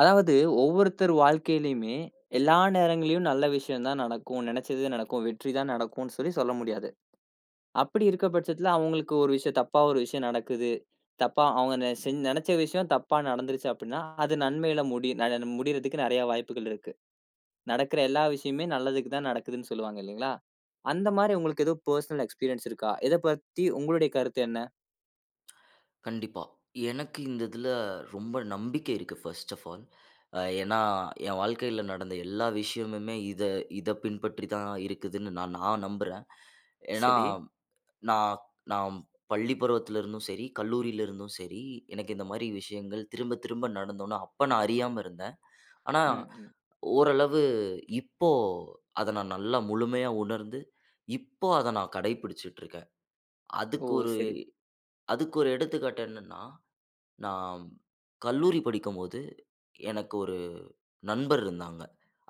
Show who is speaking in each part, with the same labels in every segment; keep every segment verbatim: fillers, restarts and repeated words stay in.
Speaker 1: அதாவது ஒவ்வொருத்தர் வாழ்க்கையிலயுமே எல்லா நேரங்கள்லயும் நல்ல விஷயம் தான் நடக்கும். நினைச்சது நடக்கும். வெற்றி தான் நடக்கும்ன்னு சொல்லி சொல்ல முடியாது. அப்படி இருக்க பட்சத்துல அவங்களுக்கு ஒரு விஷயம் தப்பா ஒரு விஷயம் நடக்குது. தப்பா அவங்க நெ செஞ் நினைச்ச விஷயம் தப்பா நடந்துருச்சு அப்படின்னா, அது நன்மையில முடி ந முடியறதுக்கு நெறைய வாய்ப்புகள் இருக்கு. நடக்கிற எல்லா விஷயமுமே நல்லதுக்கு தான் நடக்குதுன்னு சொல்லுவாங்க இல்லைங்களா? அந்த மாரி உங்களுக்கு ஏதோ பெர்சனல் எக்ஸ்பீரியன்ஸ் இருக்கா? இத பத்தி உங்களுடைய கருத்து என்ன?
Speaker 2: கண்டிப்பா. எனக்கு இந்த இதில ரொம்ப நம்பிக்கை இருக்கு, ஃபர்ஸ்ட் ஆஃப் ஆல். அ ஏன்னா, என் வாழ்க்கையில நடந்த எல்லா விஷயமுமே இத இத பின்பற்றி தான் இருக்குதுன்னு நான் நான் நம்புறேன். ஏன்னா,
Speaker 1: சரி.
Speaker 2: நான் நான் பள்ளி பருவத்தில இருந்தும் சரி, கல்லூரியில இருந்தும் சரி, எனக்கு இந்த மாரி விஷயங்கள் திரும்ப திரும்ப நடந்தோன, அப்ப நான் அறியாம இருந்தேன். ஆனா,
Speaker 1: ம், ம்.
Speaker 2: ஓரளவு இப்போ அத நான் நல்லா முழுமையா உணர்ந்து, இப்போ அத நான் கடைபிடிச்சுட்டு இருக்கேன்.
Speaker 1: ஓ!
Speaker 2: அதுக்கு ஒரு
Speaker 1: சரி,
Speaker 2: அதுக்கு ஒரு எடுத்துக்காட்டு என்னன்னா, நான் கல்லூரி படிக்கும்போது, எனக்கு ஒரு நண்பர் இருந்தாங்க.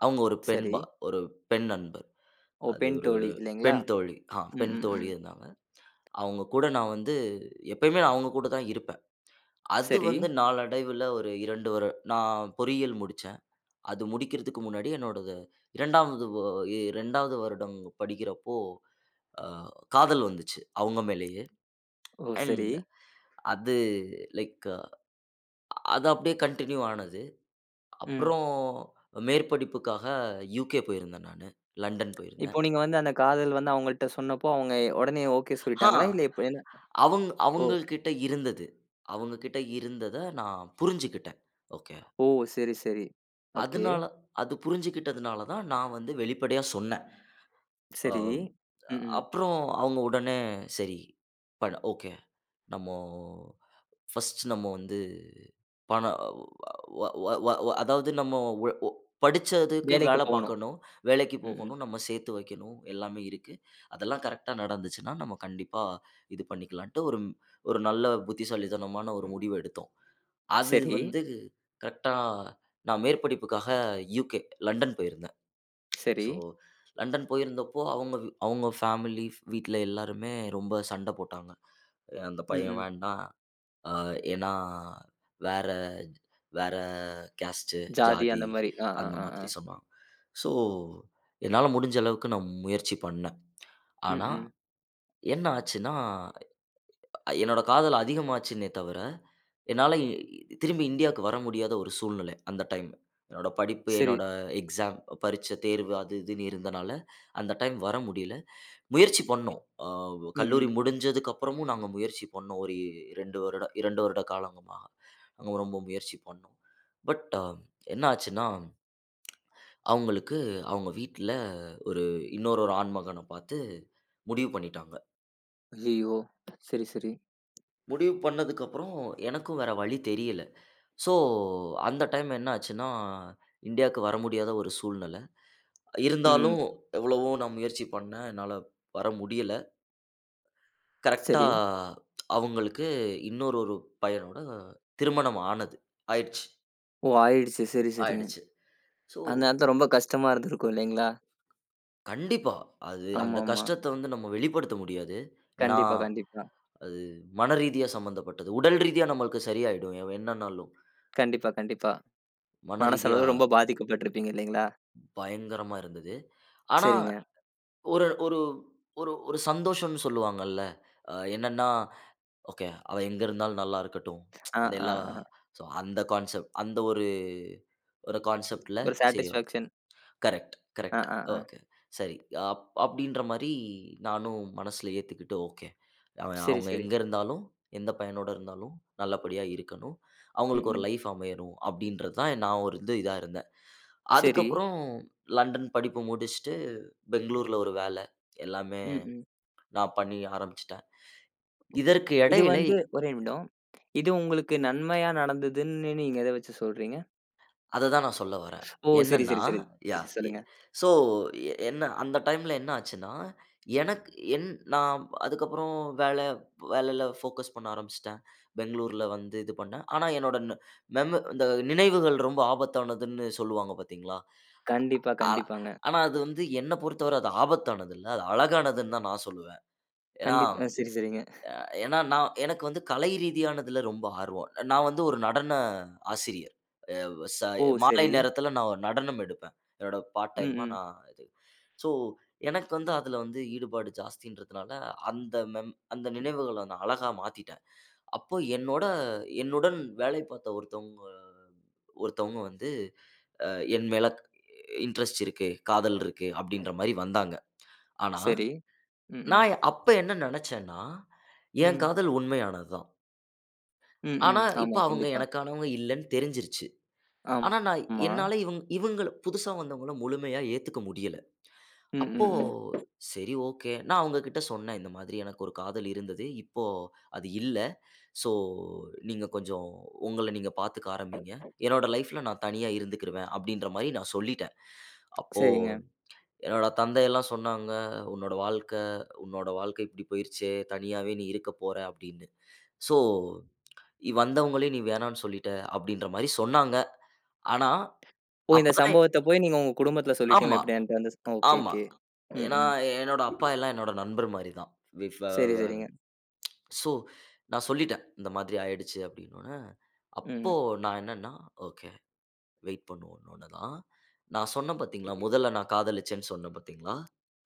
Speaker 2: அவங்க ஒரு
Speaker 1: சரி.
Speaker 2: பெண்பா ஒரு பெண் நண்பர்.
Speaker 1: ஓ!
Speaker 2: அது
Speaker 1: பெண்
Speaker 2: ஒரு
Speaker 1: தோழி இல்லைங்களா?
Speaker 2: பெண் தோழி. ஆ
Speaker 1: ம்,
Speaker 2: பெண்
Speaker 1: ம்,
Speaker 2: தோழி
Speaker 1: ம்.
Speaker 2: இருந்தாங்க. அவங்க கூட நான் வந்து எப்பயுமே நான் அவங்க கூட தான் இருப்பேன். அது
Speaker 1: சரி.
Speaker 2: வந்து நாளடைவில, ஒரு ரெண்டு வரு நான் பொறியியல் முடிச்சேன். அது முடிக்கிறதுக்கு முன்னாடி என்னோடது 2வது வ 2வது வருடம் படிக்கிறப்போ, அ காதல் வந்துச்சு அவங்க மேலேயே.
Speaker 1: ஓ! சரி.
Speaker 2: அண்ட் அது லைக் அது அப்படியே கன்டின்யூ ஆனது.
Speaker 1: ம்.
Speaker 2: அப்புறம் மேற்படிப்புக்காக யுகே போயிருந்தேன் நானு. லண்டன் போயிருந்தேன்.
Speaker 1: இப்போ நீங்க வந்து அந்த காதல் வந்து அவங்கள்ட்ட சொன்னப்போ, அவங்க உடனே ஓகே
Speaker 2: ஹா!
Speaker 1: சொல்லிட்டாங்களா? இல்ல இப்ப என்ன?
Speaker 2: அவங்க
Speaker 1: ஓ!
Speaker 2: அவங்ககிட்ட இருந்தது. அவங்க கிட்ட இருந்தத நான் புரிஞ்சுக்கிட்டேன். ஓகே.
Speaker 1: ஓ! சரி, சரி. ஓகே.
Speaker 2: அதனால அது புரிஞ்சுக்கிட்டதுனால தான் நான் வந்து வெளிப்படையா சொன்னேன்.
Speaker 1: சரி.
Speaker 2: அ
Speaker 1: ம்ஹ்ம்.
Speaker 2: அப்புறம் அவங்க உடனே சரி, பண் ஓகே. நம்மோ ஃபர்ஸ்ட்டு நம்ம வந்து பணம், வ வ வ வ அதாவது நம்ம, உ ஒ படிச்சதுக்கு
Speaker 1: வேலைக்கு
Speaker 2: வேல
Speaker 1: போணும்.
Speaker 2: பார்க்கணும். வேலைக்கு
Speaker 1: ம்ஹ்ம்.
Speaker 2: போகணும். நம்ம சேர்த்து வைக்கணும். எல்லாமே இருக்கு. அதெல்லாம் கரெக்ட்டா நடந்துச்சுன்னா, நம்ம கண்டிப்பா இது பண்ணிக்கலான்ட்டு ஒரு ம்- ஒரு நல்ல புத்திசாலித்தனமான ஒரு முடிவு எடுத்தோம். அது
Speaker 1: சரி,
Speaker 2: வந்து கரெக்ட்டா, நான் மேற்படிப்புக்காக U K, லண்டன் போயிருந்தேன்.
Speaker 1: சரி.
Speaker 2: ஸோ லண்டன் போயிருந்தப்போ, அவங்க வி- அவங்க ஃபேமிலி வீட்ல எல்லாருமே ரொம்ப சண்ட போட்டாங்க. அஹ் அந்த பையன்
Speaker 1: ம்ஹ்ம்.
Speaker 2: வேண்டாம். ஆ ஏன்னா, வேற வேற கேஸ்ட்டு,
Speaker 1: ஜாதி
Speaker 2: ஜாதி
Speaker 1: அந்த மாரி. ஆ, ஆ,
Speaker 2: அந்த
Speaker 1: ஆ, ஆ.
Speaker 2: மாதிரி சொன்னாங்க. ஸோ, என்னால முடிஞ்ச அளவுக்கு நான் முயற்சி பண்ணேன். ஆனா,
Speaker 1: ம்ஹ்ம்.
Speaker 2: என்ன ஆச்சுன்னா, அ- என்னோட காதல் அதிகமாச்சுன்னே தவிர, என்னால இ திரும்பி இந்தியாவுக்கு வர முடியாத ஒரு சூழ்நிலை அந்த டைம். என்னோட படிப்பு,
Speaker 1: சரி.
Speaker 2: என்னோட எக்ஸாம், பரீட்சை, தேர்வு அது இதுன்னு இருந்தனால, அந்த டைம் வர முடியல. முயற்சி பண்ணோம். அ கல்லூரி
Speaker 1: ம்ஹ்ம்.
Speaker 2: முடிஞ்சதுக்கு அப்புறமும் நாங்க முயற்சி பண்ணோம். ஒரு ரெண்டு வருடம் இரண்டு வருட காலங்கமா நாங்க ரொம்ப முயற்சி பண்ணோம். பட் என்ன ஆச்சுன்னா, அவங்களுக்கு அவங்க வீட்ல ஒரு இன்னொரு ஒரு ஆண் மகன பார்த்து முடிவு பண்ணிட்டாங்க.
Speaker 1: ஐயய்யோ! சரி, சரி.
Speaker 2: முடிவு பண்ணதுக்கு அப்புறம் எனக்கும் வேற வழி தெரியல. ஸோ அந்த டைம் என்ன ஆச்சுன்னா, இந்தியாவுக்கு வர முடியாத ஒரு சூழ்நிலை.
Speaker 1: ம்.
Speaker 2: இருந்தாலும் எவ்வளவோ நான் முயற்சி பண்ணேன். என்னால வர முடியல. கரெக்ட்டா
Speaker 1: சரி.
Speaker 2: அவங்களுக்கு இன்னொரு ஒரு பையனோட திருமணம் ஆனது. ஆயிடுச்சு,
Speaker 1: ஓ! ஆயிடுச்சு. சரி, சரிங்க.
Speaker 2: ஆயிடுச்சு. ஸோ,
Speaker 1: அந்த நேரத்துல ரொம்ப கஷ்டமா இருந்திருக்கும் இல்லைங்களா?
Speaker 2: கண்டிப்பா அது, அந்த
Speaker 1: ஆமாமா.
Speaker 2: கஷ்டத்த வந்து நம்ம வெளிப்படுத்த முடியாது. ஏன்னா,
Speaker 1: கண்டிப்பா, கண்டிப்பா.
Speaker 2: அது மனரீதியா சம்மந்தப்பட்டது. உடல் ரீதியா நம்மளுக்கு சரியாயிடும். எ என்னன்னாலும்.
Speaker 1: கண்டிப்பா, கண்டிப்பா.
Speaker 2: மனரீதியா
Speaker 1: மனசளவு ரொம்ப பாதிக்கப்பட்டிருப்பீங்க இல்லைங்களா?
Speaker 2: பயங்கரமா இருந்தது. ஆனா,
Speaker 1: சரிங்க.
Speaker 2: ஒரு ஒரு ஒரு ஒரு சந்தோஷம்னு சொல்லுவாங்கல்ல. அ என்னன்னா, ஓகே. அவ எங்க இருந்தாலும் நல்லா இருக்கட்டும்.
Speaker 1: ஆ,
Speaker 2: அந்த
Speaker 1: ஆ,
Speaker 2: எல்லா
Speaker 1: ஆ.
Speaker 2: ஸோ அந்த கான்செப்ட், அந்த ஒரு ஒரு கான்செப்ட்ல
Speaker 1: ஒரு
Speaker 2: சரி.
Speaker 1: சாட்டிஸ்ஃபாக்ஷன்.
Speaker 2: கரெக்ட்,
Speaker 1: ஆ,
Speaker 2: கரெக்ட்.
Speaker 1: ஆ, ஆ.
Speaker 2: ஓகே. சரி. அப் அப்படின்ற மாரி நானும் மனசுல ஏத்துக்கிட்டு ஓகே. அவன்
Speaker 1: சரி,
Speaker 2: அவங்க
Speaker 1: சரி.
Speaker 2: எங்க இருந்தாலும், எந்த பையனோட இருந்தாலும் நல்லபடியா இருக்கணும். அவங்களுக்கு ஒரு
Speaker 1: ம்.
Speaker 2: லைஃப் அமையணும் அப்படின்றது தான் நான் ஒரு இது இதா இருந்தேன்.
Speaker 1: சரி.
Speaker 2: அதுக்கப்புறம் லண்டன் படிப்பு முடிச்சுட்டு பெங்களூர்ல ஒரு வேல எல்லாமே
Speaker 1: ம், ம்.
Speaker 2: நான் பண்ணி ஆரம்பிச்சுட்டேன். இதற்கு
Speaker 1: இது
Speaker 2: இடையில
Speaker 1: வந்து ஒரே நிமிடம். இது உங்களுக்கு நன்மையா நடந்ததுன்னு நீங்க எத வச்சு சொல்றீங்க?
Speaker 2: அததான் நான் சொல்ல வரேன்.
Speaker 1: ஓ! சரி,
Speaker 2: என்னன்னா,
Speaker 1: சரி, சரி.
Speaker 2: யாஹ். எ
Speaker 1: சொல்லுங்க.
Speaker 2: ஸோ எ என்ன அந்த டைம்ல என்ன ஆச்சுன்னா, எனக்கு, என் நான் அதுக்கப்புறம் வேல வேலையில ஃபோக்கஸ் பண்ண ஆரம்பிச்சுட்டேன். பெங்களூர்ல வந்து இது பண்ணேன். ஆனா என்னோட, ந மெம இந்த நினைவுகள் ரொம்ப ஆபத்தானதுன்னு சொல்லுவாங்க, பார்த்தீங்களா?
Speaker 1: கண்டிப்பா,
Speaker 2: ஆ
Speaker 1: கண்டிப்பாங்க.
Speaker 2: ஆனா அது வந்து, என்ன பொறுத்தவர அது ஆபத்தானது இல்ல. அது அழகானதுன்னு தான் நான் சொல்லுவேன். ஏன்னா
Speaker 1: கண்டிப் அ சரி, சரிங்க.
Speaker 2: ஏன்னா நான், எனக்கு வந்து கலை ரீதியானதுல ரொம்ப ஆர்வம். நான் வந்து ஒரு நடன ஆசிரியர். ச
Speaker 1: ஓ!
Speaker 2: மாலை
Speaker 1: சரி.
Speaker 2: நேரத்தில நான் ஒரு நடனம் எடுப்பேன். என்னோட பார்ட்
Speaker 1: ம்,
Speaker 2: டைமா
Speaker 1: ம்.
Speaker 2: நான் இது. ஸோ, எனக்கு வந்து அதில வந்து ஈடுபாடு ஜாஸ்தின்றதுனால, அந்த மெம் அந்த நினைவுகள நான் அழகா மாத்திட்டேன். அப்போ என்னோட, என்னுடன் வேலை பார்த்த ஒருத்தவங்க ஒருத்தவங்க வந்து, அ என் மேல இன்ட்ரெஸ்ட் இருக்கு, காதல் இருக்கு அப்படின்ற மாரி வந்தாங்க. ஆனா,
Speaker 1: சரி. ம், ம்.
Speaker 2: நான் அப்ப என்ன நெனச்சேன்னா, என்
Speaker 1: ம்.
Speaker 2: காதல் உண்மையானது தான்.
Speaker 1: ம்,
Speaker 2: ஆனா,
Speaker 1: ம்.
Speaker 2: இப்ப
Speaker 1: ஆமா,
Speaker 2: அவங்க
Speaker 1: கண்டிப்பா.
Speaker 2: எனக்கானவங்க இல்லன்னு தெரிஞ்சிருச்சு. ஆனா, நான்
Speaker 1: ஆமா.
Speaker 2: என்னால இவங் இவங்கள, புதுசா வந்தவங்கள முழுமையா ஏத்துக்க முடியல.
Speaker 1: ம்,
Speaker 2: அப்போ
Speaker 1: ம், ம்.
Speaker 2: சரி, ஓகே. நான் அவங்க கிட்ட சொன்னேன். இந்த மாதிரி எனக்கு ஒரு காதல் இருந்தது. இப்போ அது இல்ல. ஸோ நீங்க கொஞ்சம் உங்கள நீங்க பாத்துக்க ஆரம்பிங்க. என்னோட லைஃப்ல நான் தனியா இருந்துக்கிருவேன் அப்படின்ற மாரி நான் சொல்லிட்டேன். அப்போ
Speaker 1: சரிங்க.
Speaker 2: என்னோட தந்தையெல்லாம் சொன்னாங்க, "உன்னோட வாழ்க்கை, உன்னோட வாழ்க்கை இப்படி போயிருச்சே! தனியாவே நீ இருக்க போற" அப்படின்னு. ஸோ வந்தவங்களே நீ வேணான்னு சொல்லிட்ட அப்படின்ற மாரி சொன்னாங்க. ஆனா,
Speaker 1: ஓ! இந்த
Speaker 2: அப்பதான்.
Speaker 1: சம்பவத்த போய் நீங்க உங்க குடும்பத்துல
Speaker 2: ஆமா,
Speaker 1: சொல்லிட்டீங்களா? இப்படி என்ட்ட வந்து? ஓகே,
Speaker 2: ஆமா.
Speaker 1: ஓகே. ம்,
Speaker 2: ஏன்னா,
Speaker 1: ம்.
Speaker 2: என்னோட அப்பா எல்லாம் என்னோட நண்பர் மாரி தான். விஃப் அ
Speaker 1: சரி, சரிங்க.
Speaker 2: சோ நான் சொல்லிட்டேன், இந்த மாதிரி ஆயிடுச்சு அப்டின்னோனே. அப்போ
Speaker 1: ம்.
Speaker 2: நான் என்னன்னா, ஓகே, வெயிட் பண்ணுவோன்னோன தான், நான் சொன்னேன் பாத்தீங்களா, முதல்ல நான் காதலிச்சேன்னு சொன்னேன் பாத்தீங்களா,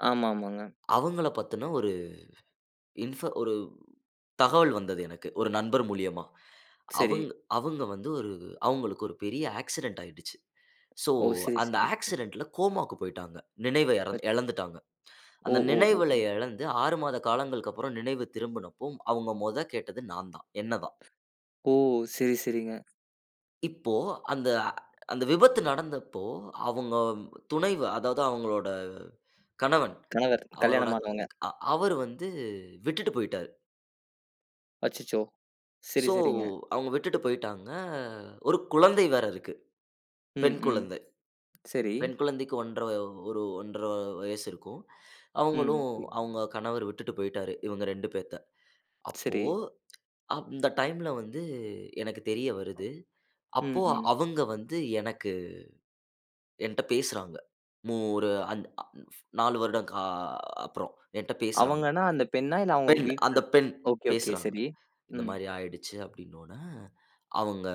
Speaker 1: ஆமாமாங்க.
Speaker 2: அவங்கள பத்தின ஒரு இன்ஃப ஒரு தகவல் வந்தது எனக்கு. ஒரு நண்பர் மூலியமா.
Speaker 1: சரி.
Speaker 2: அவங்க அவங்க வந்து ஒரு, அவங்களுக்கு ஒரு பெரிய ஆக்சிடென்ட் ஆயிடுச்சு. சோ
Speaker 1: ஓ! சரி,
Speaker 2: அந்த
Speaker 1: சரி.
Speaker 2: ஆக்சிடென்ட்ல கோமாக்கு போயிட்டாங்க. நினைவ எற
Speaker 1: பட்.
Speaker 2: இழந்துட்டாங்க.
Speaker 1: ஓ!
Speaker 2: அந்த
Speaker 1: ஓ! ஓ!
Speaker 2: நினைவுல
Speaker 1: ம்.
Speaker 2: இழந்து ஆறு மாத காலங்களுக்கு அப்புறம் நினைவு திரும்பினப்போ, அவங்க மொத கேட்டது நான் தான். என்ன தான்.
Speaker 1: ஓ! சரி, சரிங்க.
Speaker 2: இப்போ அந்த, அந்த விபத்து நடந்தப்போ, அவங்க துணைவு அதாவது அவங்களோட கணவன்,
Speaker 1: கணவர்
Speaker 2: அவரோட
Speaker 1: கல்யாணமானவங்க.
Speaker 2: அ அவரு வந்து விட்டுட்டு போயிட்டாரு.
Speaker 1: அச்சச்சோ! சரி,
Speaker 2: ஸோ
Speaker 1: சரிங்க.
Speaker 2: அவங்க விட்டுட்டு போயிட்டாங்க. ஒரு குழந்தை வேற இருக்கு.
Speaker 1: ம்,
Speaker 2: பெண்
Speaker 1: ம்.
Speaker 2: குழந்தை.
Speaker 1: சரி.
Speaker 2: பெண் குழந்தைக்கு ஒன்று அரை ஒரு ஒன்று அரை வயசு இருக்கும். அவங்களும்,
Speaker 1: ம்.
Speaker 2: ம். அவங்க கணவர் விட்டுட்டு போயிட்டாரு. இவங்க ரெண்டு பேத்த. அப்போ
Speaker 1: சரி.
Speaker 2: அந்த டைம்ல வந்து எனக்கு தெரிய வருது. அப்போ
Speaker 1: ம், ம்.
Speaker 2: அவங்க வந்து எனக்கு, என்ட்ட பேசுறாங்க. மு ஒரு அந் அ நாலு வருடம் கா அப்புறம் என்ட்ட பேசுறாங்க.
Speaker 1: அவங்கன்னா அந்த பெண்ணா? இல்ல அவங்க
Speaker 2: பெண் அந்த
Speaker 1: வீட்ல?
Speaker 2: பெண்
Speaker 1: ஓகே, ஓகே.
Speaker 2: பேசுறாங்க.
Speaker 1: சரி.
Speaker 2: இந்த
Speaker 1: ம்.
Speaker 2: மாரி ஆயிடுச்சு அப்டின்னோன, அவங்க,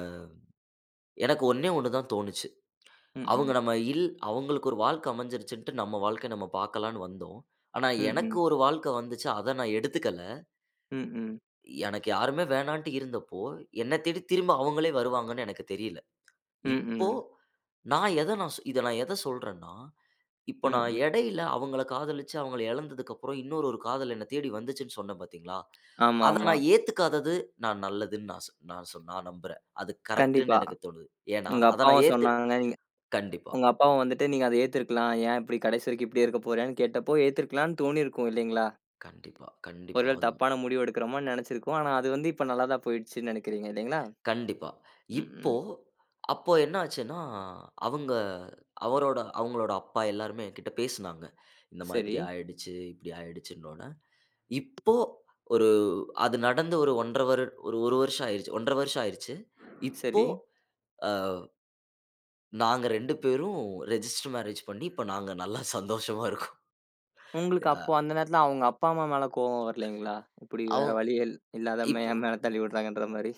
Speaker 2: எனக்கு ஒண்ணே ஒண்ணு தான் தோணுச்சு.
Speaker 1: ம்,
Speaker 2: அவங்க
Speaker 1: ம்.
Speaker 2: நம்ம இல் அவங்களுக்கு ஒரு வாழ்க்கை அமைஞ்சிருச்சுன்ட்டு நம்ம வாழ்க்கைய நம்ம பார்க்கலான்னு வந்தோம். ஆனா
Speaker 1: ம்,
Speaker 2: எனக்கு
Speaker 1: ம்.
Speaker 2: ஒரு வாழ்க்கை வந்துச்சு, அத நான் எடுத்துக்கல.
Speaker 1: ம், ம்.
Speaker 2: எனக்கு யாருமே வேணான்ட்டு இருந்தப்போ, என்ன தேடி திரும்ப அவங்களே வருவாங்கன்னு எனக்கு தெரியல.
Speaker 1: ம்,
Speaker 2: இப்போ
Speaker 1: ம்.
Speaker 2: நான், எத நான் சொ இத நான் எத சொல்றேன்னா, இப்ப
Speaker 1: ம்,
Speaker 2: நான்
Speaker 1: ம்.
Speaker 2: இடையில அவங்கள காதலிச்சு அவங்கள இழந்ததுக்கப்புறம் இன்னொரு ஒரு காதல் என்ன தேடி வந்துச்சுன்னு சொன்னேன் பார்த்தீங்களா? அத
Speaker 1: ஆமாமா.
Speaker 2: நான் ஏத்துக்காதது நான் நல்லதுன்னு, நான் சொ நான் சொ நான் நம்புறேன். அது
Speaker 1: கண்டிப்பா.
Speaker 2: கரெக்ட்டுன்னு எனக்கு தோணுது. ஏன்னா,
Speaker 1: உங்க
Speaker 2: அத நான்
Speaker 1: அப்பாவும்
Speaker 2: ஏத்து
Speaker 1: சொன்னாங்க. நீங்க
Speaker 2: கண்டிப்பா,
Speaker 1: உங்க அப்பாவும் வந்துட்டு, நீங்க அத ஏத்துருக்கலாம். ஏன் இப்படி கடைசி வரைக்கும் இப்படியே இருக்க போறேன்னு கேட்டப்போ, ஏத்துருக்கலாம்ன்னு தோணியிருக்கும் இல்லைங்களா?
Speaker 2: கண்டிப்பா,
Speaker 1: ஒரு
Speaker 2: கண்டிப்பா.
Speaker 1: வேள
Speaker 2: அது
Speaker 1: தப்பான முடிவு எடுக்கிறோமான்னு நெனச்சிருக்கோம். ஆனா அது வந்து இப்ப நல்லா தான் போயிடுச்சுன்னு நெனைக்கிறீங்க இல்லைங்களா?
Speaker 2: கண்டிப்பா.
Speaker 1: ம்,
Speaker 2: இப்போ
Speaker 1: ம்.
Speaker 2: அப்போ என்ன ஆச்சுன்னா, அவங்க, அவரோட அவங்களோட அப்பா எல்லாருமே என்கிட்ட பேசுனாங்க. இந்த மாதிரி
Speaker 1: சரி,
Speaker 2: ஆயிடுச்சு, இப்படி ஆயிடுச்சுன்னோன. இப்போ ஒரு, அது நடந்து ஒரு ஒன்று அரை வரு ஒரு 1 வருஷம் ஆயிருச்சு. ஒன்று அரை வருஷம் ஆயிருச்சு. இப்போ,
Speaker 1: சரி.
Speaker 2: அ நாங்க ரெண்டு பேரும் ரெஜிஸ்டர் மேரேஜ் பண்ணி, இப்ப நாங்க நல்லா சந்தோஷமா இருக்கோம்.
Speaker 1: உங்களுக்கு
Speaker 2: அ
Speaker 1: அப்போ அந்த நேரத்துல அவங்க அப்பா, அம்மா மேல கோவம் வரலைங்களா? இப்படி வேற
Speaker 2: அவன்
Speaker 1: வழியே இல் இல்லாத மே
Speaker 2: இப்போ
Speaker 1: என் மேல தள்ளி விடுறாங்கன்ற மாரி?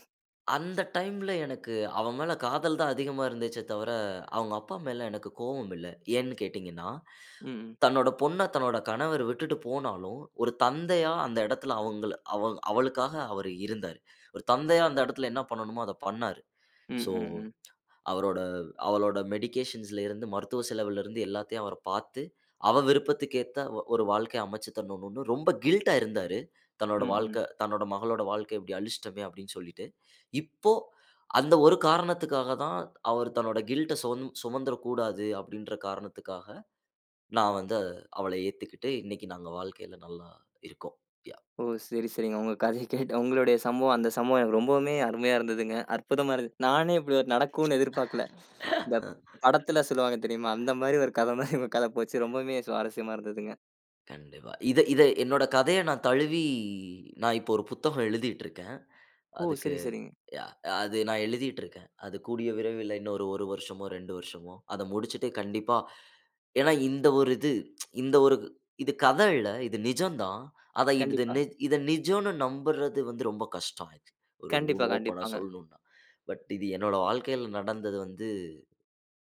Speaker 2: அந்த டைம்ல எனக்கு அவன் மேல காதல் தான் அதிகமா இருந்துச்சே தவிர, அவங்க அப்பா மேல எனக்கு கோவம் இல்ல. ஏன்னு கேட்டீங்கன்னா,
Speaker 1: ம், ம்.
Speaker 2: தன்னோட பொண்ண தன்னோட கணவர் விட்டுட்டு போனாலும், ஒரு தந்தையா அந்த இடத்துல அவங்கள, அவ அவளுக்காக அவரு இருந்தாரு. ஒரு தந்தையா அந்த இடத்துல என்ன பண்ணணுமோ அத பண்ணாரு.
Speaker 1: ம்,
Speaker 2: ஸோ
Speaker 1: ம், ம்.
Speaker 2: அவரோட, அவளோட மெடிகேஷன்ஸ்ல இருந்து, மருத்துவ செலவுலருந்து எல்லாத்தையும் அவர் பார்த்து, அவ விருப்பத்துக்கேத்த ஒ ஒரு வாழ்க்கைய அமைச்சு தரணும்னு ரொம்ப கில்ட்டா இருந்தாரு. தன்னோட
Speaker 1: ம், ம்.
Speaker 2: வாழ்க்கை தன்னோட மகளோட வாழ்க்கை இப்படி அழிச்சிட்டோமே அப்படின்னு சொல்லிட்டு. இப்போ அந்த ஒரு காரணத்துக்காக தான் அவர் தன்னோட கில்ட்ட சுமந் சுமந்துறக்கூடாது அப்படின்ற காரணத்துக்காக நான் வந்து அவள ஏத்துக்கிட்டு, இன்னைக்கு நாங்க வாழ்க்கையில நல்லா இருக்கோம். யாஹ்!
Speaker 1: ஓ! சரி, சரிங்க. உங்க கதைய கேட்டு உங்களுடைய சம்பவம் அந்த சம்பவம் எனக்கு ரொம்பவுமே அருமையா இருந்ததுங்க. அற்புதமா இருந்தது. நானே இப்படி ஒரு நடக்கும்னு எதிர்பார்க்கல. இந்த படத்துல சொல்லுவாங்க தெரியுமா? அந்த மாரி ஒரு கதை மாரி உங்க கதை போச்சு. ரொம்பவுமே சுவாரஸ்யமா இருந்ததுங்க.
Speaker 2: கண்டிப்பா. இத இத என்னோட கதைய நான் தழுவி, நான் இப்போ ஒரு புத்தகம் எழுதிட்டுருக்கேன்.
Speaker 1: ஓ!
Speaker 2: அதுக்கு,
Speaker 1: சரி, சரிங்க.
Speaker 2: யாஹ்! அது நான் எழுதிட்டுருக்கேன். அது கூடிய விரைவில இன்னொரு ஒரு வருஷமோ, ரெண்டு வருஷமோ, அத முடிச்சுட்டு, கண்டிப்பா. ஏன்னா இந்த ஒரு இது இந்த ஒரு இது கத இல்ல. இது நிஜம் தான். அத இது
Speaker 1: கண்டிப்பா.
Speaker 2: நி இத நிஜம்னு நம்புறது வந்து ரொம்ப கஷ்டம். இது ஒரு ஊன்
Speaker 1: கண்டிப்பா,
Speaker 2: ஓப்பனா
Speaker 1: கண்டிப்பாங்க.
Speaker 2: சொல்லணும்னா. பட் இது என்னோட வாழ்க்கையில நடந்தது வந்து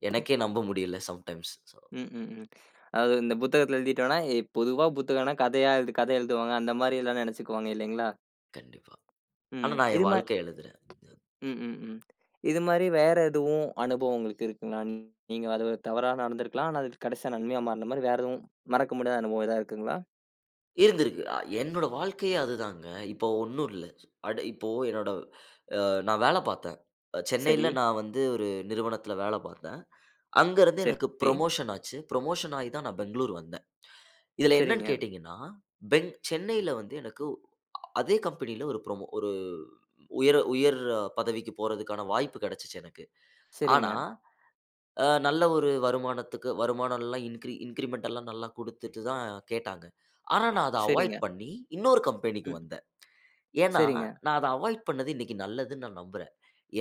Speaker 2: எனக்கே நம்ப முடியல சம்டைம்ஸ். ஸோ
Speaker 1: ம், ம், ம். அதாவது இந்த புத்தகத்துல எழுதிட்டோம்னா, எ பொதுவா புத்தகம்னா கதையா எழுது கதை எழுதுவாங்க. அந்த மாரி எல்லாம் நெனச்சுக்குவாங்க இல்லைங்களா?
Speaker 2: கண்டிப்பா. ஆனா
Speaker 1: ம்.
Speaker 2: நான் என்
Speaker 1: இது மா
Speaker 2: வாழ்க்கைய எழுதுறேன்.
Speaker 1: ம், ம், ம். இது மாரி வேற எதுவும் அனுபவம் உங்களுக்கு இருக்குங்களா? நீங்க அது ஒரு தவறா நடந்திருக்கலாம். ஆனா அது கடைசியா நன்மையா மாறுன மாரி வேற எதுவும் மறக்க முடியாத அனுபவம் எதா இருக்குங்களா?
Speaker 2: இருந்திருக்கு. அ என்னோட வாழ்க்கையே அதுதாங்க. இப்போ ஒண்ணும் இல்ல. அட இப்போ என்னோட, அ நான் வேல பார்த்தேன். அ
Speaker 1: சரி,
Speaker 2: சென்னையில நான் வந்து ஒரு நிறுவனத்தில வேல பார்த்தேன். அங்கருந்து எனக்கு
Speaker 1: சரி.
Speaker 2: புரமோஷன் ஆச்சு. புரமோஷன் ஆயி தான் நான் பெங்களூர் வந்தேன். இதில என்னன்னு
Speaker 1: சரிங்க,
Speaker 2: கேட்டீங்கன்னா, பெங் சென்னையில வந்து எனக்கு அதே கம்பெனியில ஒரு புரமோ ஒரு உயர் உயர், அ, பதவிக்கு போறதுக்கான வாய்ப்பு கிடைச்சுச்சு எனக்கு. ஆனா,
Speaker 1: சரிங்க,
Speaker 2: அ நல்ல ஒரு வருமானத்துக்கு வருமானம்லாம், இன்க்ரி இன்கிரிமெண்ட் எல்லாம் நல்லா குடுத்துட்டு தான் கேட்டாங்க. ஆனா, நான் அத அவாய்ட்
Speaker 1: சரிங்க.
Speaker 2: பண்ணி இன்னொரு கம்பெனிக்கு
Speaker 1: ம்.
Speaker 2: வந்தேன். ஏன்னா,
Speaker 1: சரிங்க.
Speaker 2: நான் அத அவாய்ட் பண்ணது இன்னைக்கு நல்லதுன்னு நான் நம்புறேன்.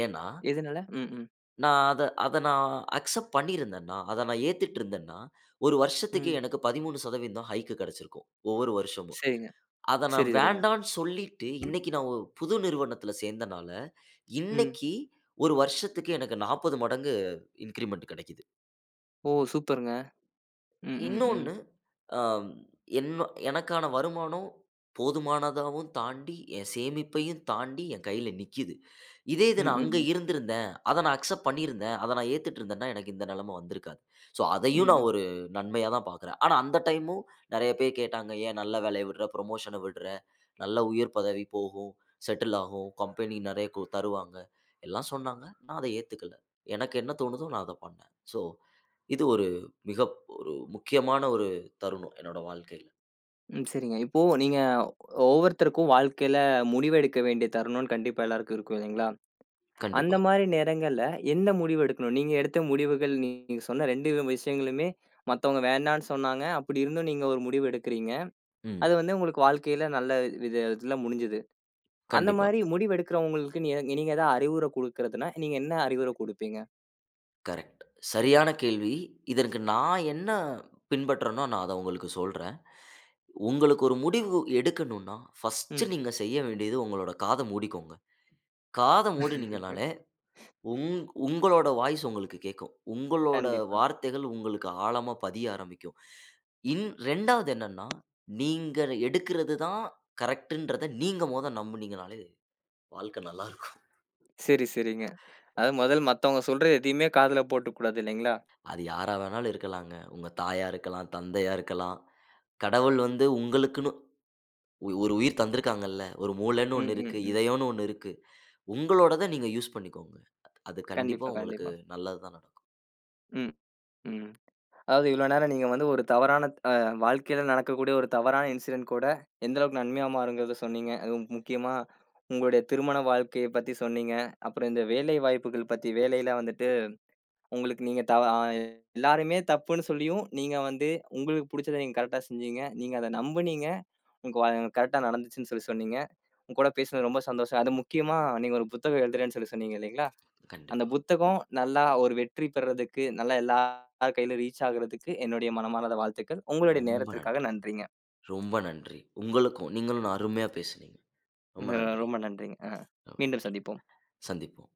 Speaker 2: ஏன்னா,
Speaker 1: எதுனால? ம், ம்,
Speaker 2: நான் அத அத நான் அக்செப்ட் பண்ணியிருந்தேன்னா, அத நான் ஏத்துட்டு இருந்தேன்னா, ஒரு வருஷத்துக்கு
Speaker 1: ம்.
Speaker 2: எனக்கு பதிமூணு சதவீதம் ஹைக் கிடைச்சிருக்கும். ஒவ்வொரு வருஷமும்.
Speaker 1: சரிங்க.
Speaker 2: அத நான்
Speaker 1: சரி, சரிங்க.
Speaker 2: வேண்டான்னு சொல்லிட்டு இன்னைக்கு நான் ஒரு புது நிறுவனத்துல சேர்ந்தனால,
Speaker 1: ம்.
Speaker 2: இன்னைக்கு ஒரு வருஷத்துக்கு எனக்கு நாற்பது மடங்கு இன்கிரிமெண்ட் கிடைக்குது.
Speaker 1: ஓ! சூப்பருங்க. ம், ம், ம்.
Speaker 2: இன்னொன்னு, அம் என்ன எனக்கான வருமானம் போதுமானதாவும் தாண்டி, என் சேமிப்பையும் தாண்டி என் கையில நிக்கிது. இதே இது
Speaker 1: ம்,
Speaker 2: நான்
Speaker 1: ம்.
Speaker 2: அங்க
Speaker 1: ம்.
Speaker 2: இருந்திருந்தேன், அத நான் அக்செப்ட் பண்ணியிருந்தேன், அத நான் ஏத்துட்டு இருந்தேன்னா, எனக்கு இந்த நிலைமை வந்திருக்காது. ஸோ
Speaker 1: ம்,
Speaker 2: அதையும் நான்
Speaker 1: ம்.
Speaker 2: ஒரு நன்மையா தான் பார்க்குறேன். ஆனா அந்த டைமும் நெறைய பேர் கேட்டாங்க, "ஏன் நல்ல வேலைய விடுற? புரமோஷன விடுற? நல்ல உயர் பதவி போகும், செட்டில் ஆகும், கம்பெனி நெறைய கு தருவாங்க." எல்லாம் சொன்னாங்க. நான் அத ஏத்துக்கல. எனக்கு என்ன தோணுதோ நான் அத பண்ணேன். ஸோ இது ஒரு மிக, ஒரு முக்கியமான ஒரு தருணம் என்னோட வாழ்க்கையில.
Speaker 1: ம். சரிங்க. இப்போ நீங்க ஒவ்வொருத்தருக்கும் வாழ்க்கையில முடிவு எடுக்க வேண்டிய தருணம்னு கண்டிப்பா எல்லாருக்கும் இருக்கும் இல்லைங்களா?
Speaker 2: கண்டிப்பா.
Speaker 1: அந்த மாரி நேரங்கள்ல எந்த முடிவு எடுக்கணும்? நீங்க எடுத்த முடிவுகள் நீங்க சொன்ன ரெண்டு விஷயங்களுமே மத்தவங்க வேண்டான்னு சொன்னாங்க. அப்படி இருந்தும் நீங்க ஒரு முடிவு எடுக்கிறீங்க.
Speaker 2: ம்.
Speaker 1: அது வந்து உங்களுக்கு வாழ்க்கையில நல்ல வித இதுல முடிஞ்சுது. அந்த
Speaker 2: கண்டிப்பா.
Speaker 1: மாரி முடிவு எடுக்கிறவங்களுக்கு நீ நீங்க ஏதாவது அறிவுரை குடுக்கறதுன்னா, நீங்க என்ன அறிவுரை குடுப்பீங்க?
Speaker 2: கரெக்ட். சரியான கேள்வி. இதற்கு நான் என்ன பின்பற்றேனோ நான் அத உங்களுக்கு சொல்றேன். உங்களுக்கு ஒரு முடிவு எடுக்கணும்னா, ஃபர்ஸ்ட்
Speaker 1: ம்.
Speaker 2: நீங்க செய்ய வேண்டியது உங்களோட காத மூடிக்கோங்க. காத மூடுனீங்கனாலே, உங் உங்களோட வாய்ஸ் உங்களுக்கு கேட்கும். உங்களோட
Speaker 1: கண்டிப்பா.
Speaker 2: வார்த்தைகள் உங்களுக்கு ஆழமா பதிய ஆரம்பிக்கும். இன் 2வது என்னன்னா, நீங்க எடுக்கிறது தான் கரெக்ட்ன்றத நீங்க மொத நம்புனீங்கனாலே வாழ்க்கை நல்லா.
Speaker 1: சரி, சரிங்க. அதாவது முதல்ல மத்தவங்க சொல்றது எதையுமே காதுல போட்டுக்கக்கூடாது இல்லைங்களா?
Speaker 2: அது யாரா வேணாலும் இருக்கலாங்க. உங்க தாயா இருக்கலாம், தந்தையா இருக்கலாம். கடவுள் வந்து உங்களுக்குன்னு ஒ ஒரு உயிர் தந்திருக்காங்கல்ல. ஒரு மூளைன்னு
Speaker 1: ம்,
Speaker 2: ஒண்ணு
Speaker 1: ம்,
Speaker 2: இருக்கு.
Speaker 1: ம்.
Speaker 2: இதயம்ன்னு ஒண்ணு இருக்கு. உங்களோடத நீங்க யூஸ் பண்ணிக்கோங்க. அது கண்டிப்பா
Speaker 1: கண்டிப்பா,
Speaker 2: உங்களுக்கு
Speaker 1: கண்டிப்பா.
Speaker 2: நல்லது தான் நடக்கும்.
Speaker 1: ம், ம். அதாவது இவ்வளோ நேரம் நீங்க வந்து ஒரு தவறான அ வாழ்க்கையில நடக்கக்கூடிய ஒரு தவறான இன்சிடென்ட் கூட எந்த அளவுக்கு நன்மையா மாறுங்கிறத சொன்னீங்க. அதுவும் முக்கியமா உங்களுடைய திருமண வாழ்க்கைய பத்தி சொன்னீங்க. அப்புறம் இந்த வேலை வாய்ப்புகள் பத்தி, வேலையில வந்துட்டு உங்களுக்கு நீங்க தவ அ எல்லாருமே தப்புன்னு சொல்லியும், நீங்க வந்து உங்களுக்கு புடிச்சத நீங்க கரெக்ட்டா செஞ்சீங்க. நீங்க அத நம்புனீங்க. உங்க வ கரெக்ட்டா நடந்துச்சுன்னு சொல்லி சொன்னீங்க. உங்க கூட பேசினது ரொம்ப சந்தோஷம். அது முக்கியமா நீங்க ஒரு புத்தகம் எழுதுறேன்னு சொல்லி சொன்னீங்க இல்லைங்களா? அந்த
Speaker 2: கண்டிப்பா.
Speaker 1: புத்தகம் நல்லா ஒரு வெற்றி பெறதுக்கு, நல்லா எல்லார் கையிலும் ரீச் ஆகுறதுக்கு என்னுடைய மனமார்ந்த வாழ்த்துக்கள். உங்களுடைய
Speaker 2: ரொம்ப
Speaker 1: நேரத்திற்காக
Speaker 2: நன்றி.
Speaker 1: நன்றிங்க.
Speaker 2: ரொம்ப நன்றி. உங்களுக்கும். நீங்களும் நான் அருமையா பேசுனீங்க. ரொம்ப
Speaker 1: ந
Speaker 2: நன்றி.
Speaker 1: ரொம்ப நன்றிங்க. அ.
Speaker 2: ரொம்ப
Speaker 1: மீண்டும்
Speaker 2: நன்றி.
Speaker 1: சந்திப்போம்.
Speaker 2: சந்திப்போம்.